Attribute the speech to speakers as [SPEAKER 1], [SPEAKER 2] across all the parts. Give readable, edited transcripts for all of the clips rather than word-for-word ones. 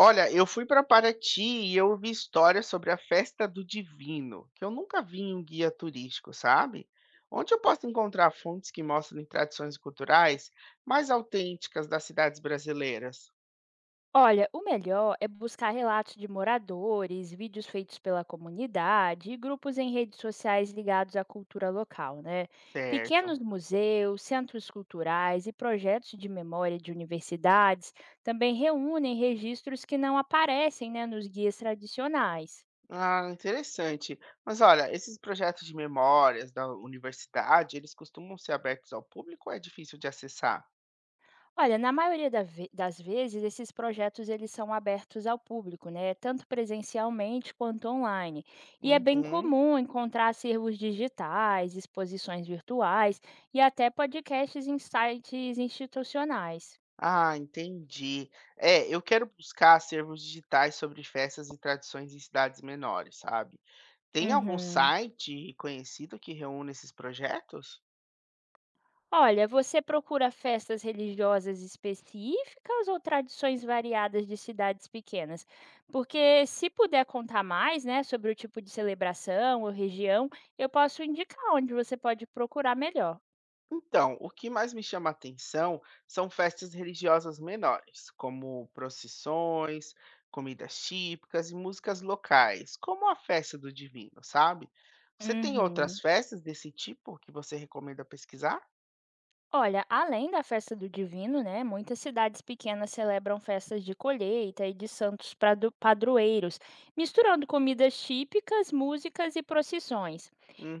[SPEAKER 1] Olha, eu fui para Paraty e eu ouvi histórias sobre a Festa do Divino, que eu nunca vi em um guia turístico, sabe? Onde eu posso encontrar fontes que mostrem tradições culturais mais autênticas das cidades brasileiras?
[SPEAKER 2] Olha, o melhor é buscar relatos de moradores, vídeos feitos pela comunidade e grupos em redes sociais ligados à cultura local, né?
[SPEAKER 1] Certo.
[SPEAKER 2] Pequenos museus, centros culturais e projetos de memória de universidades também reúnem registros que não aparecem, né, nos guias tradicionais.
[SPEAKER 1] Ah, interessante. Mas olha, esses projetos de memórias da universidade, eles costumam ser abertos ao público ou é difícil de acessar?
[SPEAKER 2] Olha, na maioria das vezes, esses projetos eles são abertos ao público, né? Tanto presencialmente quanto online. E é bem
[SPEAKER 1] Uhum.
[SPEAKER 2] comum encontrar acervos digitais, exposições virtuais e até podcasts em sites institucionais.
[SPEAKER 1] Ah, entendi. É, eu quero buscar acervos digitais sobre festas e tradições em cidades menores, sabe? Tem algum
[SPEAKER 2] Uhum.
[SPEAKER 1] site conhecido que reúne esses projetos?
[SPEAKER 2] Olha, você procura festas religiosas específicas ou tradições variadas de cidades pequenas? Porque se puder contar mais, né, sobre o tipo de celebração ou região, eu posso indicar onde você pode procurar melhor.
[SPEAKER 1] Então, o que mais me chama a atenção são festas religiosas menores, como procissões, comidas típicas e músicas locais, como a festa do Divino, sabe? Você tem outras
[SPEAKER 2] Uhum.
[SPEAKER 1] festas desse tipo que você recomenda pesquisar?
[SPEAKER 2] Olha, além da festa do Divino, né, muitas cidades pequenas celebram festas de colheita e de santos padroeiros, misturando comidas típicas, músicas e procissões.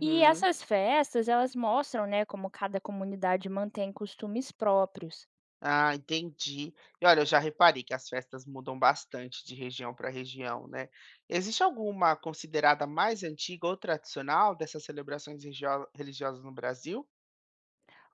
[SPEAKER 2] E essas festas, elas mostram, né, como cada comunidade mantém costumes próprios.
[SPEAKER 1] Ah, entendi. E olha, eu já reparei que as festas mudam bastante de região para região, né? Existe alguma considerada mais antiga ou tradicional dessas religiosas no Brasil?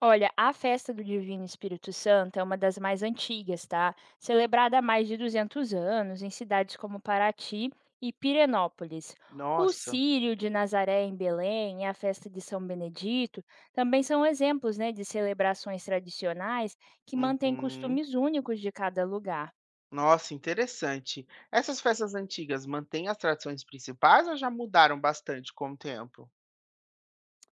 [SPEAKER 2] Olha, a festa do Divino Espírito Santo é uma das mais antigas, tá? Celebrada há mais de 200 anos em cidades como Paraty e Pirenópolis. O
[SPEAKER 1] Nossa,
[SPEAKER 2] Círio de Nazaré em Belém e a festa de São Benedito também são exemplos, né, de celebrações tradicionais que mantêm
[SPEAKER 1] uhum.
[SPEAKER 2] costumes únicos de cada lugar.
[SPEAKER 1] Nossa, interessante. Essas festas antigas mantêm as tradições principais ou já mudaram bastante com o tempo?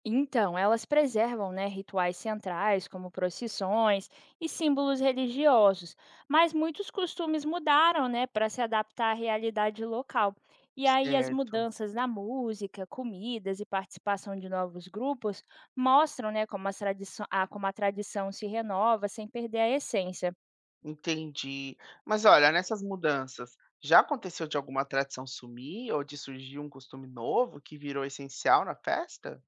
[SPEAKER 2] Então, elas preservam, né, rituais centrais, como procissões e símbolos religiosos, mas muitos costumes mudaram, né, para se adaptar à realidade local. E aí as
[SPEAKER 1] Certo.
[SPEAKER 2] mudanças na música, comidas e participação de novos grupos mostram, né, como, como a tradição se renova sem perder a essência.
[SPEAKER 1] Entendi. Mas olha, nessas mudanças, já aconteceu de alguma tradição sumir ou de surgir um costume novo que virou essencial na festa?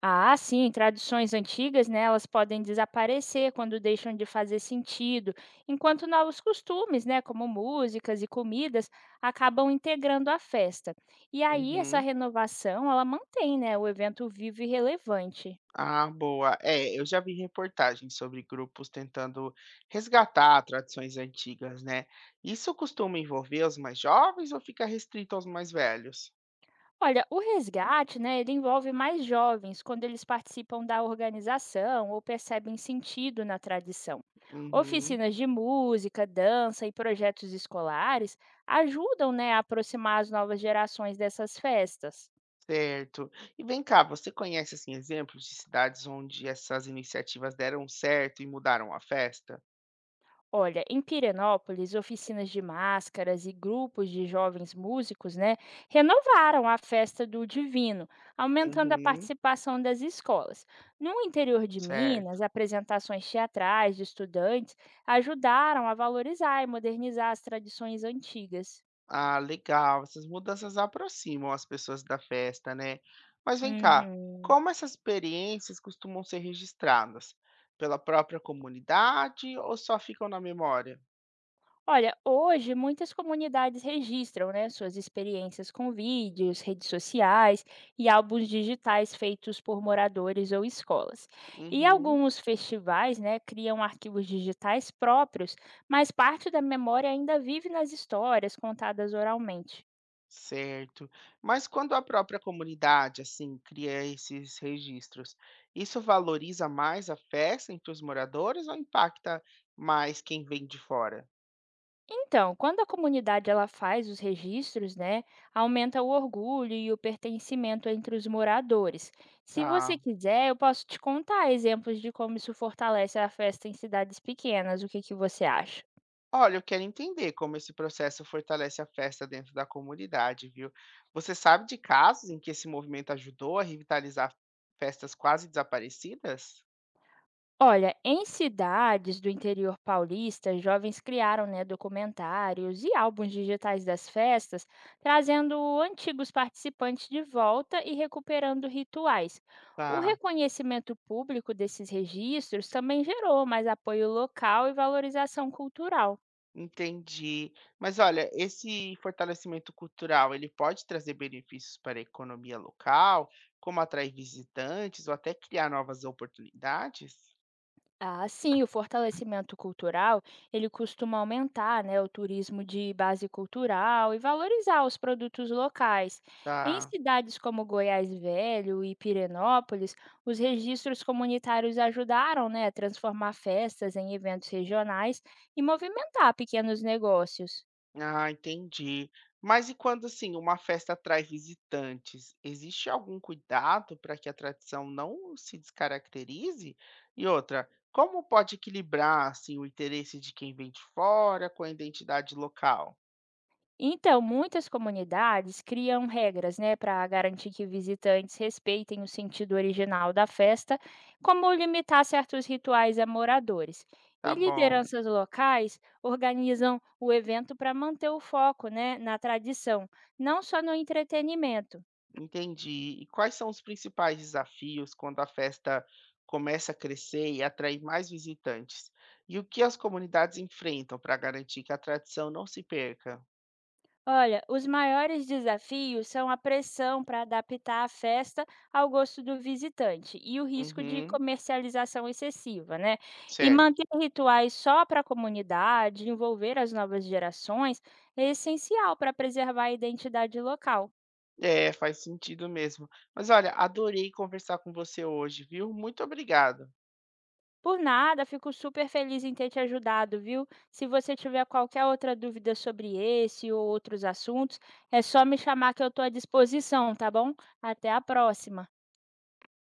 [SPEAKER 2] Ah, sim, tradições antigas, né, elas podem desaparecer quando deixam de fazer sentido, enquanto novos costumes, né, como músicas e comidas, acabam integrando a festa. E aí essa
[SPEAKER 1] Uhum.
[SPEAKER 2] renovação, ela mantém, né, o evento vivo e relevante.
[SPEAKER 1] Ah, boa. É, eu já vi reportagens sobre grupos tentando resgatar tradições antigas, né? Isso costuma envolver os mais jovens ou fica restrito aos mais velhos?
[SPEAKER 2] Olha, o resgate, né, ele envolve mais jovens quando eles participam da organização ou percebem sentido na tradição.
[SPEAKER 1] Uhum,
[SPEAKER 2] Oficinas de música, dança e projetos escolares ajudam, né, a aproximar as novas gerações dessas festas.
[SPEAKER 1] certo. E vem cá, você conhece assim exemplos de cidades onde essas iniciativas deram certo e mudaram a festa?
[SPEAKER 2] Olha, em Pirenópolis, oficinas de máscaras e grupos de jovens músicos, né, renovaram a festa do Divino, aumentando a
[SPEAKER 1] Uhum,
[SPEAKER 2] participação das escolas. No interior de Minas,
[SPEAKER 1] certo.
[SPEAKER 2] apresentações teatrais de estudantes ajudaram a valorizar e modernizar as tradições antigas.
[SPEAKER 1] Ah, legal. Essas mudanças aproximam as pessoas da festa, né? Mas vem cá,
[SPEAKER 2] Uhum.
[SPEAKER 1] como essas experiências costumam ser registradas? Pela própria comunidade ou só ficam na memória?
[SPEAKER 2] Olha, hoje muitas comunidades registram, né, suas experiências com vídeos, redes sociais e álbuns digitais feitos por moradores ou escolas. E
[SPEAKER 1] Uhum,
[SPEAKER 2] alguns festivais, né, criam arquivos digitais próprios, mas parte da memória ainda vive nas histórias contadas oralmente.
[SPEAKER 1] certo. Mas quando a própria comunidade, assim, cria esses registros, isso valoriza mais a festa entre os moradores ou impacta mais quem vem de fora?
[SPEAKER 2] Então, quando a comunidade ela faz os registros, né, aumenta o orgulho e o pertencimento entre os moradores. Se você
[SPEAKER 1] Tá.
[SPEAKER 2] quiser, eu posso te contar exemplos de como isso fortalece a festa em cidades pequenas. O que que você acha?
[SPEAKER 1] Olha, eu quero entender como esse processo fortalece a festa dentro da comunidade, viu? Você sabe de casos em que esse movimento ajudou a revitalizar festas quase desaparecidas?
[SPEAKER 2] Olha, em cidades do interior paulista, jovens criaram, né, documentários e álbuns digitais das festas, trazendo antigos participantes de volta e recuperando rituais. O
[SPEAKER 1] Tá,
[SPEAKER 2] reconhecimento público desses registros também gerou mais apoio local e valorização cultural.
[SPEAKER 1] entendi. Mas olha, esse fortalecimento cultural, ele pode trazer benefícios para a economia local, como atrair visitantes ou até criar novas oportunidades?
[SPEAKER 2] Ah, sim, o fortalecimento cultural, ele costuma aumentar, né, o turismo de base cultural e valorizar os produtos locais. Em
[SPEAKER 1] Tá.
[SPEAKER 2] cidades como Goiás Velho e Pirenópolis, os registros comunitários ajudaram, né, a transformar festas em eventos regionais e movimentar pequenos negócios.
[SPEAKER 1] Ah, entendi. Mas e quando assim uma festa atrai visitantes, existe algum cuidado para que a tradição não se descaracterize? E outra, como pode equilibrar assim o interesse de quem vem de fora com a identidade local?
[SPEAKER 2] Então, muitas comunidades criam regras, né, para garantir que visitantes respeitem o sentido original da festa, como limitar certos rituais a moradores.
[SPEAKER 1] Tá
[SPEAKER 2] E
[SPEAKER 1] bom,
[SPEAKER 2] lideranças locais organizam o evento para manter o foco, né, na tradição, não só no entretenimento.
[SPEAKER 1] entendi. E quais são os principais desafios quando a festa começa a crescer e atrair mais visitantes? E o que as comunidades enfrentam para garantir que a tradição não se perca?
[SPEAKER 2] Olha, os maiores desafios são a pressão para adaptar a festa ao gosto do visitante e o risco de
[SPEAKER 1] Uhum,
[SPEAKER 2] comercialização excessiva, né? E
[SPEAKER 1] certo.
[SPEAKER 2] manter rituais só para a comunidade, envolver as novas gerações, é essencial para preservar a identidade local.
[SPEAKER 1] É, faz sentido mesmo. Mas olha, adorei conversar com você hoje, viu? Muito obrigado.
[SPEAKER 2] Por nada, fico super feliz em ter te ajudado, viu? Se você tiver qualquer outra dúvida sobre esse ou outros assuntos, é só me chamar que eu estou à disposição, tá bom? Até a próxima!